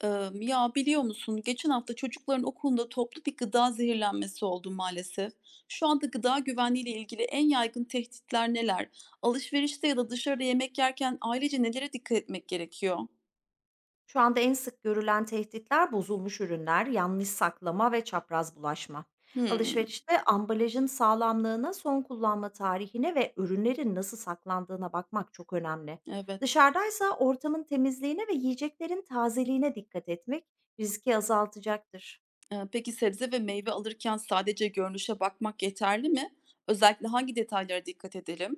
Biliyor musun, geçen hafta çocukların okulunda toplu bir gıda zehirlenmesi oldu maalesef. Şu anda gıda güvenliği ile ilgili en yaygın tehditler neler? Alışverişte ya da dışarıda yemek yerken ailece nelere dikkat etmek gerekiyor? Şu anda en sık görülen tehditler bozulmuş ürünler, yanlış saklama ve çapraz bulaşma. Hımm, Alışverişte ambalajın sağlamlığına, son kullanma tarihine ve ürünlerin nasıl saklandığına bakmak çok önemli. evet. Dışarıdaysa ortamın temizliğine ve yiyeceklerin tazeliğine dikkat etmek riski azaltacaktır. Peki sebze ve meyve alırken sadece görünüşe bakmak yeterli mi? Özellikle hangi detaylara dikkat edelim?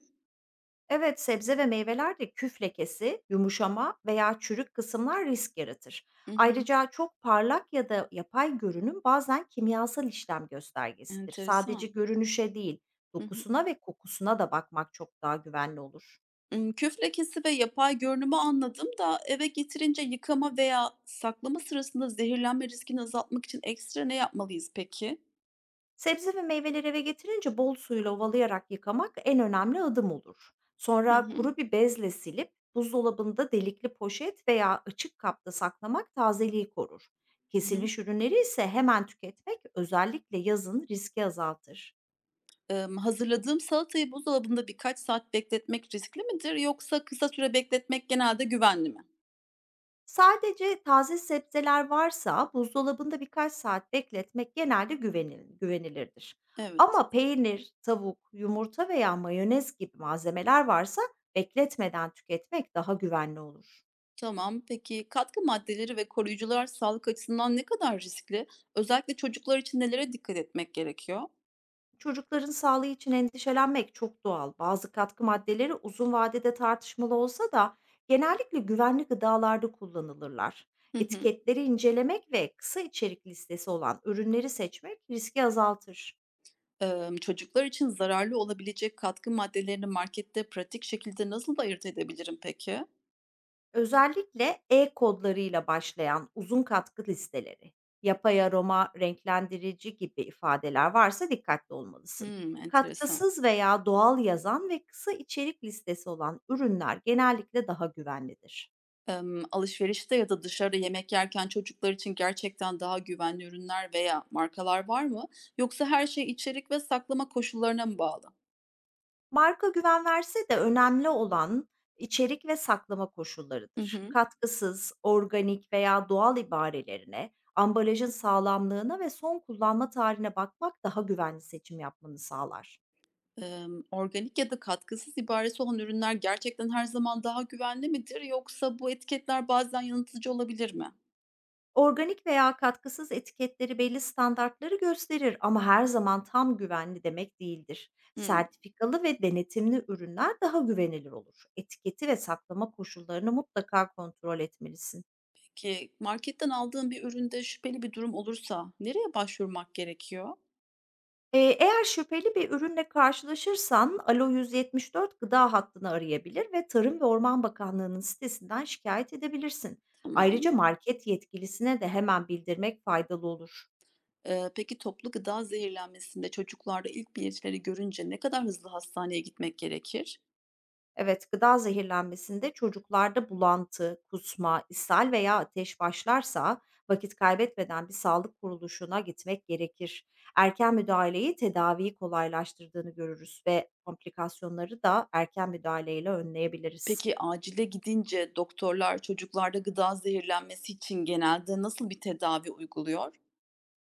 Evet, sebze ve meyvelerde küf lekesi, yumuşama veya çürük kısımlar risk yaratır. Hı hı, Ayrıca çok parlak ya da yapay görünüm bazen kimyasal işlem göstergesidir. Sadece enteresan. görünüşe değil, Hı hı. dokusuna ve kokusuna da bakmak çok daha güvenli olur. Küf lekesi ve yapay görünümü anladım da eve getirince yıkama veya saklama sırasında zehirlenme riskini azaltmak için ekstra ne yapmalıyız peki? Sebze ve meyveleri eve getirince bol suyla ovalayarak yıkamak en önemli adım olur. Hı Sonra hı. kuru bir bezle silip buzdolabında delikli poşet veya açık kapta saklamak tazeliği korur. Hı hı. Kesilmiş ürünleri ise hemen tüketmek özellikle yazın riski azaltır. Hazırladığım salatayı buzdolabında birkaç saat bekletmek riskli midir yoksa kısa süre bekletmek genelde güvenli mi? Sadece taze sebzeler varsa buzdolabında birkaç saat bekletmek genelde güvenilirdir. Evet. Ama peynir, tavuk, yumurta veya mayonez gibi malzemeler varsa bekletmeden tüketmek daha güvenli olur. Tamam. Peki katkı maddeleri ve koruyucular sağlık açısından ne kadar riskli? Özellikle çocuklar için nelere dikkat etmek gerekiyor? Çocukların sağlığı için endişelenmek çok doğal. Bazı katkı maddeleri uzun vadede tartışmalı olsa da genellikle güvenli gıdalarda kullanılırlar. Hı hı. Etiketleri incelemek ve kısa içerik listesi olan ürünleri seçmek riski azaltır. Çocuklar için zararlı olabilecek katkı maddelerini markette pratik şekilde nasıl ayırt edebilirim peki? Özellikle E kodlarıyla başlayan uzun katkı listeleri, yapay aroma, renklendirici gibi ifadeler varsa dikkatli olmalısın. Hımm, enteresan. Katkısız veya doğal yazan ve kısa içerik listesi olan ürünler genellikle daha güvenlidir. Alışverişte ya da dışarıda yemek yerken çocuklar için gerçekten daha güvenli ürünler veya markalar var mı? Yoksa her şey içerik ve saklama koşullarına mı bağlı? Marka güven verse de önemli olan içerik ve saklama Hı koşullarıdır. hı. Katkısız, organik veya doğal ibarelerine, ambalajın sağlamlığına ve son kullanma tarihine bakmak daha güvenli seçim yapmanı sağlar. Organik ya da katkısız ibaresi olan ürünler gerçekten her zaman daha güvenli midir yoksa bu etiketler bazen yanıltıcı olabilir mi? Organik veya katkısız etiketleri belli standartları gösterir ama her zaman tam güvenli demek değildir. Hımm. Sertifikalı ve denetimli ürünler daha güvenilir olur. Etiketi ve saklama koşullarını mutlaka kontrol etmelisin. Ki marketten aldığım bir üründe şüpheli bir durum olursa nereye başvurmak gerekiyor? Eğer şüpheli bir ürünle karşılaşırsan Alo 174 gıda hattını arayabilir ve Tarım ve Orman Bakanlığı'nın sitesinden şikayet edebilirsin. Tamam. Ayrıca market yetkilisine de hemen bildirmek faydalı olur. Peki toplu gıda zehirlenmesinde çocuklarda ilk belirtileri görünce ne kadar hızlı hastaneye gitmek gerekir? Evet, gıda zehirlenmesinde çocuklarda bulantı, kusma, ishal veya ateş başlarsa vakit kaybetmeden bir sağlık kuruluşuna gitmek gerekir. Erken müdahaleyi tedaviyi kolaylaştırdığını görürüz ve komplikasyonları da erken müdahaleyle önleyebiliriz. Peki acile gidince doktorlar çocuklarda gıda zehirlenmesi için genelde nasıl bir tedavi uyguluyor?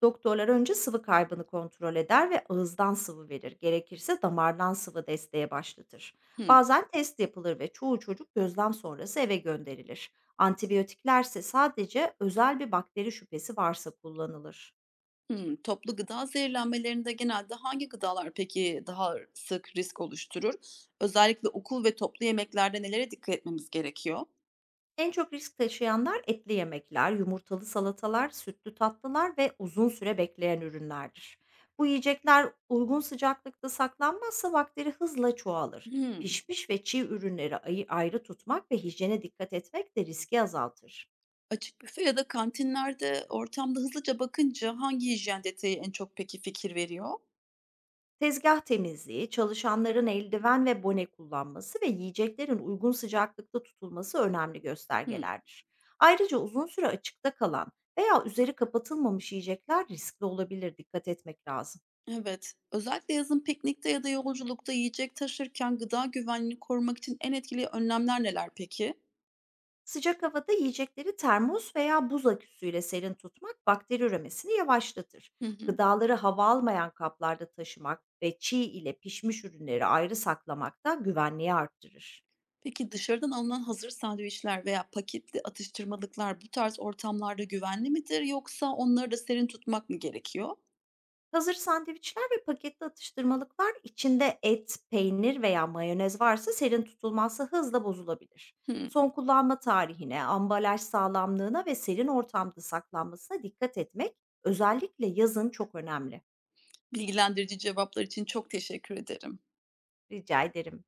Doktorlar önce sıvı kaybını kontrol eder ve ağızdan sıvı verir. Gerekirse damardan sıvı desteğe başlatır. Hımm. Bazen test yapılır ve çoğu çocuk gözlem sonrası eve gönderilir. Antibiyotiklerse sadece özel bir bakteri şüphesi varsa kullanılır. Hımm. Toplu gıda zehirlenmelerinde genelde hangi gıdalar peki daha sık risk oluşturur? Özellikle okul ve toplu yemeklerde nelere dikkat etmemiz gerekiyor? En çok risk taşıyanlar etli yemekler, yumurtalı salatalar, sütlü tatlılar ve uzun süre bekleyen ürünlerdir. Bu yiyecekler uygun sıcaklıkta saklanmazsa bakteri hızla çoğalır. Hımm. Pişmiş ve çiğ ürünleri ayrı tutmak ve hijyene dikkat etmek de riski azaltır. Açık büfe ya da kantinlerde ortamda hızlıca bakınca hangi hijyen detayı en çok peki fikir veriyor? Tezgah temizliği, çalışanların eldiven ve bone kullanması ve yiyeceklerin uygun sıcaklıkta tutulması önemli Hımm. göstergelerdir. Ayrıca uzun süre açıkta kalan veya üzeri kapatılmamış yiyecekler riskli olabilir, dikkat etmek lazım. Evet. Özellikle yazın piknikte ya da yolculukta yiyecek taşırken gıda güvenliğini korumak için en etkili önlemler neler peki? Sıcak havada yiyecekleri termos veya buz aküsüyle serin tutmak bakteri üremesini yavaşlatır. Hı hı. Gıdaları hava almayan kaplarda taşımak ve çiğ ile pişmiş ürünleri ayrı saklamak da güvenliği arttırır. Peki dışarıdan alınan hazır sandviçler veya paketli atıştırmalıklar bu tarz ortamlarda güvenli midir yoksa onları da serin tutmak mı gerekiyor? Hazır sandviçler ve paketli atıştırmalıklar içinde et, peynir veya mayonez varsa serin tutulması hızla bozulabilir. Hmm, Son kullanma tarihine, ambalaj sağlamlığına ve serin ortamda saklanmasına dikkat etmek özellikle yazın çok önemli. bilgilendirici cevaplar için çok teşekkür ederim. Rica ederim.